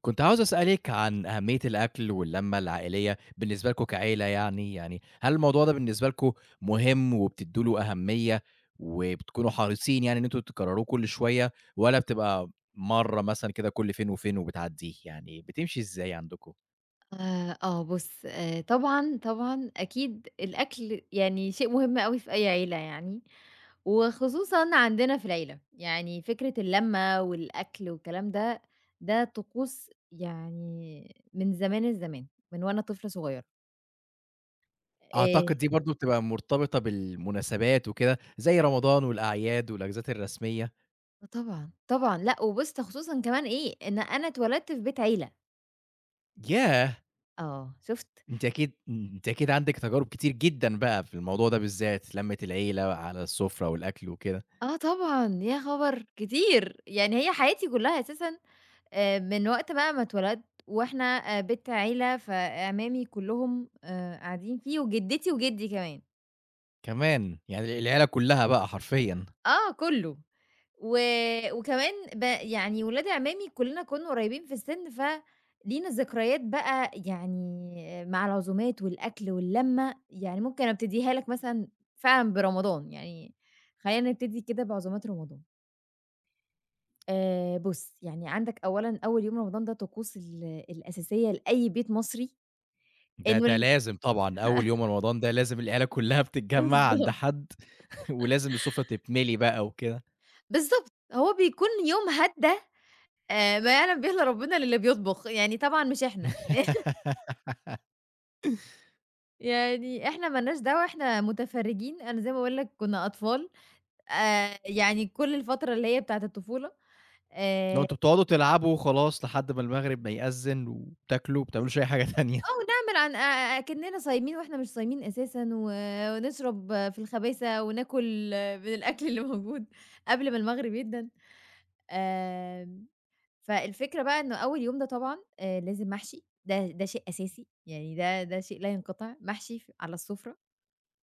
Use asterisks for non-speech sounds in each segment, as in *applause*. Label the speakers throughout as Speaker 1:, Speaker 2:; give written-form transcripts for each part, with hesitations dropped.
Speaker 1: كنت عاوز أسألِك عن أهمية الأكل واللمة العائلية بالنسبة لكم كعيلة يعني، هل الموضوع ده بالنسبة لكم مهم وبتدّوا له أهمية وبتكونوا حريصين يعني إن أنتم تكرروه كل شوية، والّا بتبقى مرّة مثلًا كده كل فين وفين وبتعدّيه، يعني بتمشي إزاي عندكم؟
Speaker 2: آه بُص، طبعًا، طبعًا أكيد الأكل يعني شيء مهم أوي في أي عيلة يعني، وخصوصًا عندنا في العيلة، يعني فكرة اللمة والأكل والكلام ده، ده طقوس يعني من زمان الزمان، من وأنا طفلة صغيرة. آآ
Speaker 1: أعتقد دي برضه بتبقى مرتبطة بالمناسبات وكده، زي رمضان والأعياد والأجازات الرسمية.
Speaker 2: طبعًا، لأ وبُص ده خصوصًا كمان إيه، إن أنا اتولدت في بيت عيلة.
Speaker 1: ياه!
Speaker 2: آه شُفت؟
Speaker 1: أنتِ أكيد عندِك تجارب كتير جدًا بقى في الموضوع ده بالذات، لمة العيلة على السفرة والأكل وكده.
Speaker 2: آه طبعًا، يا خبر! كتير، يعني هي حياتي كلها أساسًا من وقت بقى ما اتولدت وإحنا بيت عيلة، فاعمامي كلّهم قاعدين فيه وجدتي وجدي كمان.
Speaker 1: كمان! يعني العيلة كلّها بقى حرفيًا.
Speaker 2: آه كلّه. و وكمان يعني ولاد اعمامي كلّنا كُنّا قريبين في السِن، فلينا ذكريات بقى يعني مع العزومات والأكل واللمّة. يعني ممكن أبتديها لك مثلًا فعلًا برمضان، يعني خلّينا نبتدي كده بعزومات رمضان. بُص، يعني عندك أولًا أول يوم رمضان ده طقوس الأساسية لأي بيت مصري.
Speaker 1: ده
Speaker 2: إنه
Speaker 1: ده
Speaker 2: ال
Speaker 1: لازم طبعًا، أول
Speaker 2: *laughs*
Speaker 1: يوم رمضان ده لازم العيلة كلّها
Speaker 2: *laughs*
Speaker 1: بتتجمّع عند
Speaker 2: بالضبط،
Speaker 1: حد *laughs* ولازم السفرة تتملي بقى وكده.
Speaker 2: بالضبط، هو بيكون يوم هدّا، ما يعلم به إلّا ربنا للي بيطبخ، يعني طبعًا مش إحنا. *laughs*
Speaker 1: *laughs*
Speaker 2: يعني إحنا ما لناش دعوة، إحنا متفرّجين، أنا زي ما باقول لك كُنّا أطفال. يعني كل الفترة اللي هي بتاعة الطفولة.
Speaker 1: اللي هو
Speaker 2: آآ
Speaker 1: أنتم بتقعدوا تلعبوا وخلاص لحد ما المغرب ما يأذّن وبتاكلوا، ما بتعملوش أي حاجة *laughs* تانية.
Speaker 2: آه، ونعمل عن أكنّنا صايمين وإحنا مش صايمين أساسًا، ونشرب في الخبايث وناكل من الأكل اللي موجود قبل ما المغرب يدَّن. آمم فالفكرة بقى إنه أول يوم ده طبعًا لازم محشي، ده شيء أساسي، يعني ده شيء لا ينقطع، محشي على السفرة،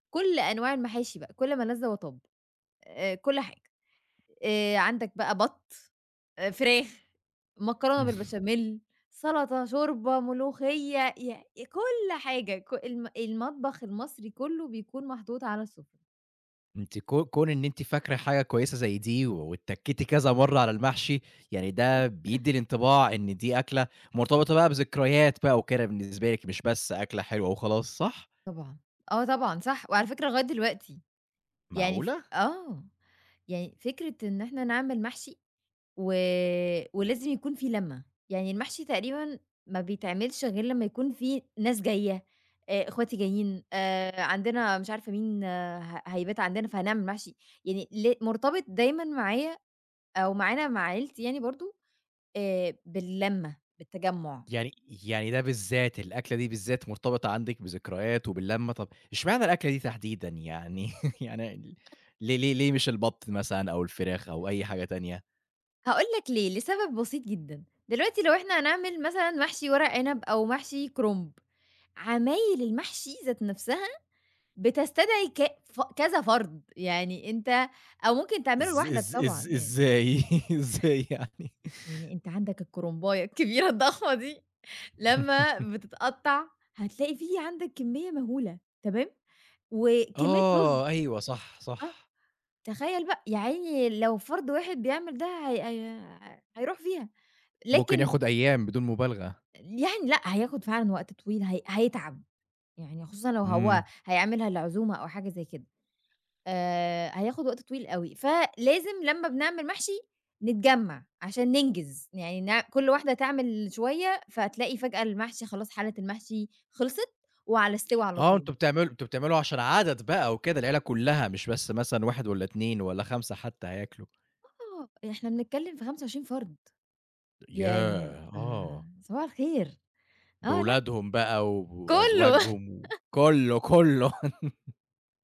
Speaker 2: كل أنواع المحاشي بقى، كل ما لَذ وطَب، كل حاجة، عندك بقى بَط، فراخ، مكرونة بالبشاميل، سلطة، شوربة، ملوخية، كل حاجة، ك الم المطبخ المصري كله بيكون محطوط على السفرة.
Speaker 1: أنتِ كون إن أنتِ فاكرة حاجة كويسة زي دي واتّكيتِ كذا مرّة على المحشي، يعني ده بيدّي الانطباع إن دي أكلة مرتبطة بقى بذكريات بقى وكده بالنسبة لِك، مش بس أكلة حلوة وخلاص، صح؟
Speaker 2: طبعًا، آه طبعًا، صح، وعلى فكرة لغاية دلوقتي يعني
Speaker 1: معقولة؟!
Speaker 2: آه، يعني فكرة إن إحنا نعمل محشي، و ولازم يكون في لمّة، يعني المحشي تقريبًا ما بيتعملش غير لمّا يكون في ناس جاية، إخواتي جايين، عندنا مش عارفة مين آه، هيبات عندنا فهنعمل محشي، يعني مرتبط دايمًا معايا أو معانا مع عيلتي يعني برضه، باللمّة، بالتجمُّع.
Speaker 1: يعني يعني ده بالذات، الأكلة دي بالذات مرتبطة عندِك بذكريات وباللمّة، طب إشمعنى الأكلة دي تحديدًا يعني *laughs* يعني ليه مش البط مثلًا أو الفراخ أو أي حاجة تانية؟
Speaker 2: هاقول لك ليه، لسبب بسيط جدًا، دلوقتي لو إحنا هنعمل مثلًا محشي ورق عنب أو محشي كُرنب، عمايل المحشي ذات نفسها بتستدعي ك ف كذا فرد، يعني أنت أو ممكن تعمله
Speaker 1: إز
Speaker 2: لوحدك
Speaker 1: إز
Speaker 2: طبعًا
Speaker 1: إز
Speaker 2: يعني.
Speaker 1: إزاي *laughs* إزاي يعني؟
Speaker 2: يعني أنت عندك الكرنباية الكبيرة الضخمة دي *laughs* لمّا بتتقطّع هتلاقي في عندك كمية مهولة تمام، وكمية رُز.
Speaker 1: آه، أيوه صح،
Speaker 2: آه،
Speaker 1: صح،
Speaker 2: تخيّل بقى، يا عيني لو فرد واحد بيعمل ده هي هيروح فيها،
Speaker 1: ممكن
Speaker 2: لكن
Speaker 1: ياخد أيام بدون مبالغة.
Speaker 2: يعني لأ، هياخد فعلًا وقت طويل، هيتعب، يعني خصوصًا لو
Speaker 1: إمم،
Speaker 2: هو هيعملها لعزومة أو حاجة زي كده. هياخد وقت طويل أوي، فلازم لمّا بنعمل محشي نتجمّع عشان ننجز، يعني كل واحدة تعمل شوية، فتلاقي فجأة المحشي خلاص، حالة المحشي خلصت وعلى السِوَى على
Speaker 1: آه
Speaker 2: طول.
Speaker 1: أنتم بتعملوا عشان عدد بقى وكده، العيلة كلها مش بس مثلًا 1 والّا 2 والّا 5 حتى هياكلوا.
Speaker 2: آه، إحنا بنتكلّم في 25 فرد، يعني
Speaker 1: ياه!
Speaker 2: ف
Speaker 1: آه.
Speaker 2: صباح الخير. آه لأ،
Speaker 1: بولادهم بقى
Speaker 2: كُلّه. *laughs*
Speaker 1: وأزواجهم وكُلّه، كُلّه.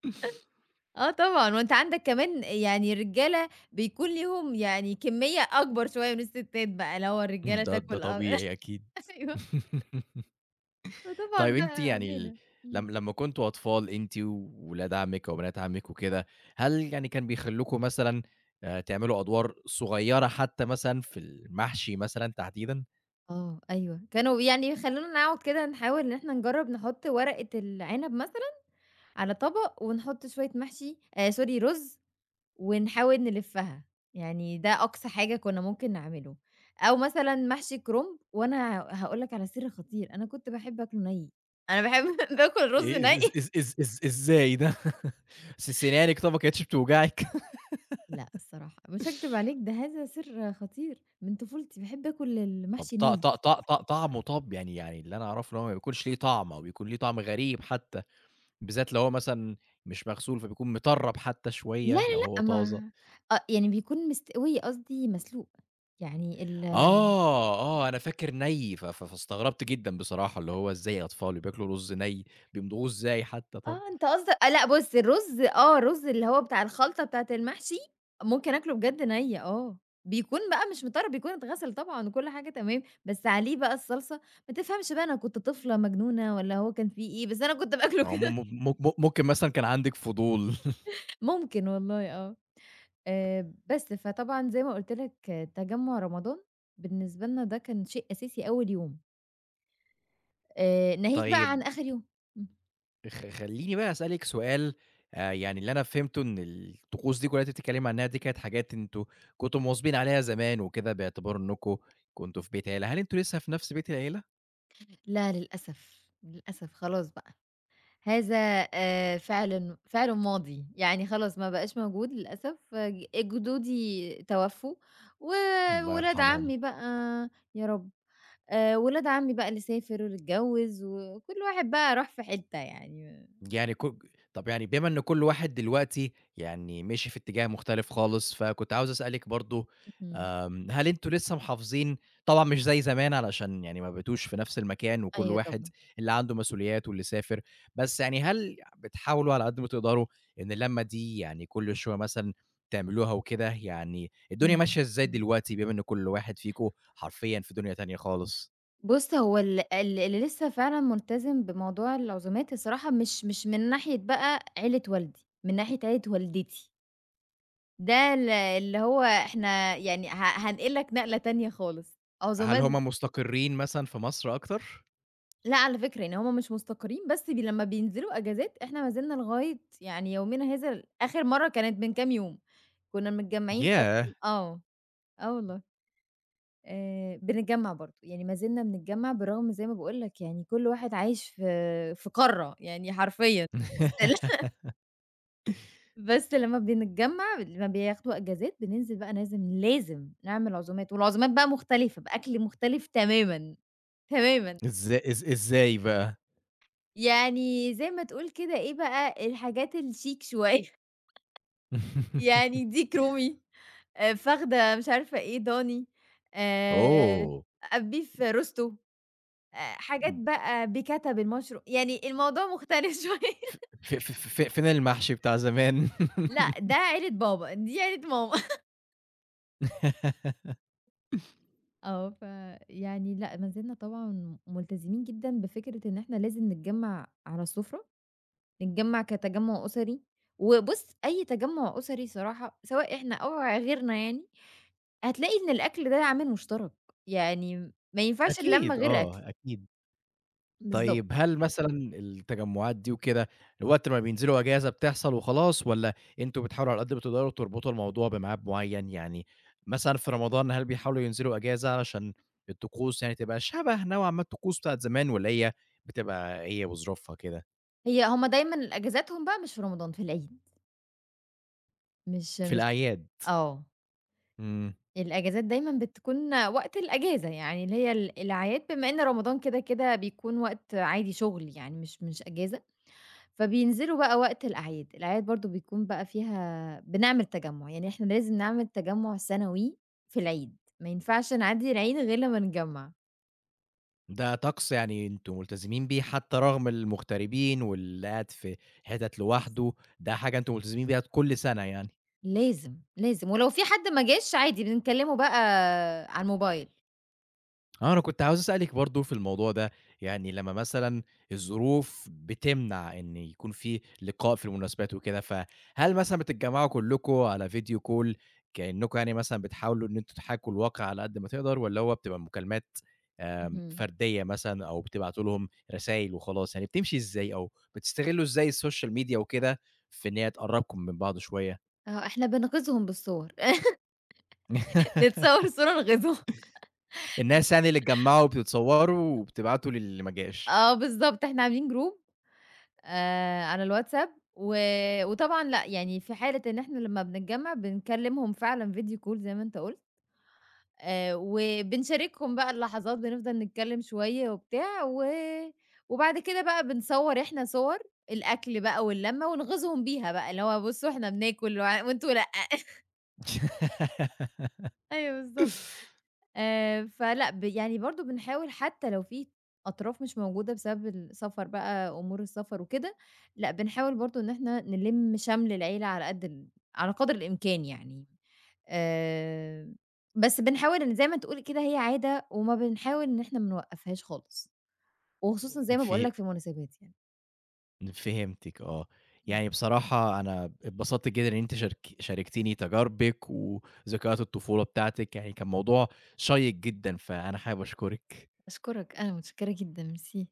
Speaker 1: *laughs*
Speaker 2: آه طبعًا، وأنت عندك كمان يعني الرجالة بيكون ليهم يعني كمية أكبر شوية من الستات بقى، اللي هو الرجالة
Speaker 1: ده
Speaker 2: تاكل آه.
Speaker 1: طبيعي أكيد.
Speaker 2: *laughs* أيوه،
Speaker 1: *laughs*
Speaker 2: فطبعًا
Speaker 1: طيب أنتِ
Speaker 2: بقى
Speaker 1: يعني ال
Speaker 2: ليلة. إمم.
Speaker 1: لم لمّا كنتم أطفال أنتِ وولاد عمِّك وبنات عمِّك وكده، هل يعني كان بيخلّوكم مثلًا تعملوا أدوار صغيّرة حتى مثلًا في المحشي مثلًا تحديدًا؟
Speaker 2: آه، أيوه، كانوا يعني بيخلّونا نقعد كده نحاول إن إحنا نجرّب نحُط ورقة العنب مثلًا على طبق ونحُط شوية محشي sorry رُز ونحاول نلفّها، يعني ده أقصى حاجة كُنّا ممكن نعمله. أو مثلًا محشي كرُنب، وأنا هاقول لك على سِر خطير، أنا كنت باحب آكله نَي، أنا باحب *laughs* باكل رُز
Speaker 1: إيه إز
Speaker 2: نَي.
Speaker 1: إز إز إز إز إزاي ده؟ *laughs* سنانِك طَب ما كانتش بتوجعِك؟
Speaker 2: لأ الصراحة، مش هاكدب عليك، ده هذا سِر خطير، من طفولتي باحب آكل
Speaker 1: طَب
Speaker 2: المحشي
Speaker 1: ط
Speaker 2: نَي.
Speaker 1: ط ط ط طعمه، طَب يعني اللي أنا أعرفه إن هو ما بيكونش ليه طعم أو بيكون ليه طعم غريب حتى. بالذات لو هو مثلًا مش مغسول، فبيكون مطرّب حتى
Speaker 2: لا،
Speaker 1: شوية لو
Speaker 2: لا،
Speaker 1: هو
Speaker 2: لأ
Speaker 1: طازة.
Speaker 2: ما آه، يعني بيكون مستوي قصدي مسلوق، يعني
Speaker 1: آه، آه، أنا فاكر ني، ف ف فاستغربت جدًا بصراحة، اللي هو إزاي أطفال بياكلوا رز ني، بيمضغوه إزاي حتى طَب؟
Speaker 2: آه، أنت قصدك آه، لأ بُص الرُز آه، الرُز اللي هو بتاع الخلطة بتاعة المحشي ممكن آكله بجد ني آه، بيكون بقى مش مطرّي، بيكون اتغسل طبعًا وكل حاجة تمام، بس عليه بقى الصلصة. ما تفهمش بقى أنا كنت طفلة مجنونة والّا هو كان في إيه، بس أنا كنت باكله
Speaker 1: هو م م
Speaker 2: كده.
Speaker 1: إمم. م م ممكن مثلًا كان عندِك فضول. *laughs*
Speaker 2: *laughs* ممكن والله آه. بس فطبعًا زي ما قُلت لك آه، تجمُّع رمضان بالنسبة لنا ده كان شيء أساسي أول يوم، ناهيك بقى عن
Speaker 1: طيب،
Speaker 2: آخر يوم. إمم.
Speaker 1: خلّيني بقى أسألِك سؤال، يعني اللي أنا فهمته إن الطقوس دي كلّها اللي أنتِ بتتكلمي عنها دي كانت حاجات أنتم كنتم مواظبين عليها زمان وكده باعتبار إنكم كنتم في بيت عيلة، هل أنتم لسه في نفس بيت العيلة؟
Speaker 2: لا للأسف، للأسف خلاص بقى. هذا فعلًا فعل ماضي، يعني خلاص ما بقاش موجود للأسف، جدودي توفّوا،
Speaker 1: الله
Speaker 2: وولاد
Speaker 1: يرحمهم.
Speaker 2: عمي بقى. يا رب، ولاد عمي بقى اللي سافر واللي اتجوّز، وكل واحد بقى راح في حتّة يعني.
Speaker 1: يعني طب يعني بما إن كل واحد دلوقتي يعني مشي في اتجاه مختلف خالص، فكنت عاوز أسألِك برضه،
Speaker 2: اهم،
Speaker 1: هل أنتم لسه محافظين؟ طبعًا مش زي زمان علشان يعني ما بقيتوش في نفس المكان وكل
Speaker 2: أيوه
Speaker 1: واحد
Speaker 2: طبعًا،
Speaker 1: اللي عنده مسؤوليات واللي سافر، بس يعني هل بتحاولوا على قد ما تقدروا إن اللمة دي يعني كل شوية مثلًا تعملوها وكده، يعني الدنيا
Speaker 2: إمم،
Speaker 1: ماشية إزاي
Speaker 2: إمم.
Speaker 1: دلوقتي بما إن كل واحد فيكم حرفيًا في دنيا تانية خالص؟
Speaker 2: بُص هو ال ال اللي لسه فعلًا ملتزم بموضوع العزومات الصراحة مش من ناحية بقى عيلة والدي، من ناحية عيلة والدتي. ده اللي هو إحنا يعني هانقل لك نقلة تانية خالص،
Speaker 1: هل
Speaker 2: عزومات.
Speaker 1: هم مستقرين مثلًا في مصر أكتر؟
Speaker 2: لأ على فكرة يعني هُم مش مستقرين، بس لمّا بينزلوا أجازات إحنا ما زلنا لغاية يعني يومنا هذا، آخر مرّة كانت من كام يوم، كنا متجمّعين
Speaker 1: ياه!
Speaker 2: آه، آه والله. بنتجمّع برضه، يعني ما زلنا بنتجمّع بالرغم زي ما باقول لك يعني كل واحد عايش في قارة يعني حرفيًا. بس
Speaker 1: *laughs*
Speaker 2: بس لمّا بنتجمّع لمّا بياخدوا أجازات بننزل بقى لازم، لازم نعمل عزومات، والعزومات بقى مختلفة بأكل مختلف تمامًا، تمامًا.
Speaker 1: إزاي بقى؟
Speaker 2: يعني زي ما تقول كده إيه بقى، الحاجات الشيك شوية. *laughs*
Speaker 1: *laughs*
Speaker 2: يعني ديك رومي، فخدة مش عارفة إيه ضاني، آآ
Speaker 1: أوه!
Speaker 2: beef روستو، حاجات
Speaker 1: إمم،
Speaker 2: بقى بيكاتا يعني الموضوع مختلف *laughs*
Speaker 1: ف
Speaker 2: شوية.
Speaker 1: ف ف ف فين المحشي بتاع زمان؟
Speaker 2: لأ، ده عيلة بابا، دي عيلة ماما.
Speaker 1: *laughs*
Speaker 2: آه، فيعني لأ، ما زلنا طبعًا ملتزمين جدًا بفكرة إن إحنا لازم نتجمّع على السفرة، نتجمّع كتجمُّع أسري، وبُص أي تجمُّع أسري صراحة سواء إحنا أو غيرنا يعني، هتلاقي إن الأكل ده عامل مشترك، يعني ما ينفعش اللمّة
Speaker 1: أكيد
Speaker 2: غير
Speaker 1: آه،
Speaker 2: أكل.
Speaker 1: أكيد.
Speaker 2: بالضبط.
Speaker 1: طيب هل مثلًا التجمعات دي وكده وقت ما بينزلوا أجازة بتحصل وخلاص، والّا أنتم بتحاولوا على قد ما تقدروا تربطوا الموضوع بميعاد معين؟ يعني مثلًا في رمضان هل بيحاولوا ينزلوا أجازة علشان الطقوس يعني تبقى شبه نوعًا ما الطقوس بتاعة زمان، والّا هي بتبقى هي وظروفها كده؟
Speaker 2: هي هُم دايمًا أجازاتهم بقى مش في رمضان، في العيد، مش
Speaker 1: في
Speaker 2: مش
Speaker 1: الأعياد.
Speaker 2: آه،
Speaker 1: إمم.
Speaker 2: الأجازات دايمًا بتكون وقت الأجازة، يعني اللي هي الأعياد، بما إن رمضان كده كده بيكون وقت عادي شُغل يعني مش أجازة، فبينزلوا بقى وقت الأعياد، الأعياد برضه بيكون بقى فيها بنعمل تجمُّع، يعني إحنا لازم نعمل تجمُّع سنوي في العيد، ما ينفعش نعدّي العيد غير لمّا نتجمّع.
Speaker 1: ده طقس يعني أنتم ملتزمين بيه حتى رغم المغتربين واللي قاعد في حتت لوحده، ده حاجة أنتم ملتزمين بيها كل سنة يعني.
Speaker 2: لازم، لازم، ولو في حد ما جاش عادي بنكلّمه بقى على الموبايل.
Speaker 1: آه، أنا كنت عاوز أسألِك برضه في الموضوع ده، يعني لمّا مثلًا الظروف بتمنع إن يكون في لقاء في المناسبات وكده، فهل مثلًا بتتجمعوا كلّكم على فيديو كول كإنّكم يعني مثلًا بتحاولوا إن أنتم تحاكوا الواقع على قد ما تقدر، والّا هو بتبقى مكالمات،
Speaker 2: اهم.
Speaker 1: فردية مثلًا أو بتبعتوا لهم رسايل وخلاص، يعني بتمشي إزاي أو بتستغلوا إزاي السوشيال ميديا وكده في إن هي تقرّبكم من بعض شوية؟
Speaker 2: آه، إحنا بنغيظهم بالصور، *laughs* نتصوّر
Speaker 1: *laughs*
Speaker 2: صورة نغيظهم.
Speaker 1: الناس يعني اللي اتجمعوا بتتصوروا وبتبعتوا للي ما جاش.
Speaker 2: آه بالضبط، إحنا عاملين جروب على الواتساب، وطبعًا لأ، يعني في حالة إن إحنا لمّا بنتجمّع بنكلّمهم فعلًا video call زي ما أنت قُلت. وبنشاركهم بقى اللحظات، بنفضل نتكلّم شوية وبتاع، وبعد كده بقى بنصوّر إحنا صور الأكل بقى واللمّة ونغيظهم بيها بقى، اللي هو بُصّوا إحنا بناكل وأنتم لأ. *laughs*
Speaker 1: *laughs*
Speaker 2: أيوه بالضبط. فلأ يعني برضه بنحاول حتى لو في أطراف مش موجودة بسبب السفر بقى، أمور السفر وكده، لأ بنحاول برضه إن إحنا نلِم شمْل العيلة على قد على قدر الإمكان يعني. آآ، بس بنحاول إن زي ما تقول كده هي عادة، وما بنحاول إن إحنا ما نوقّفهاش خالص، وخصوصًا زي ما باقول
Speaker 1: في
Speaker 2: لك في المناسبات يعني.
Speaker 1: فهمتِك آه.
Speaker 2: إمم.
Speaker 1: يعني بصراحة أنا اتبسطت جدًا إن أنتِ شاركتيني تجاربِك وذكريات الطفولة بتاعتِك، يعني كان موضوع شيّق جدًا، فأنا حابب أشكرِك.
Speaker 2: أشكرك، أنا متشكرة جدًا، ميرسي.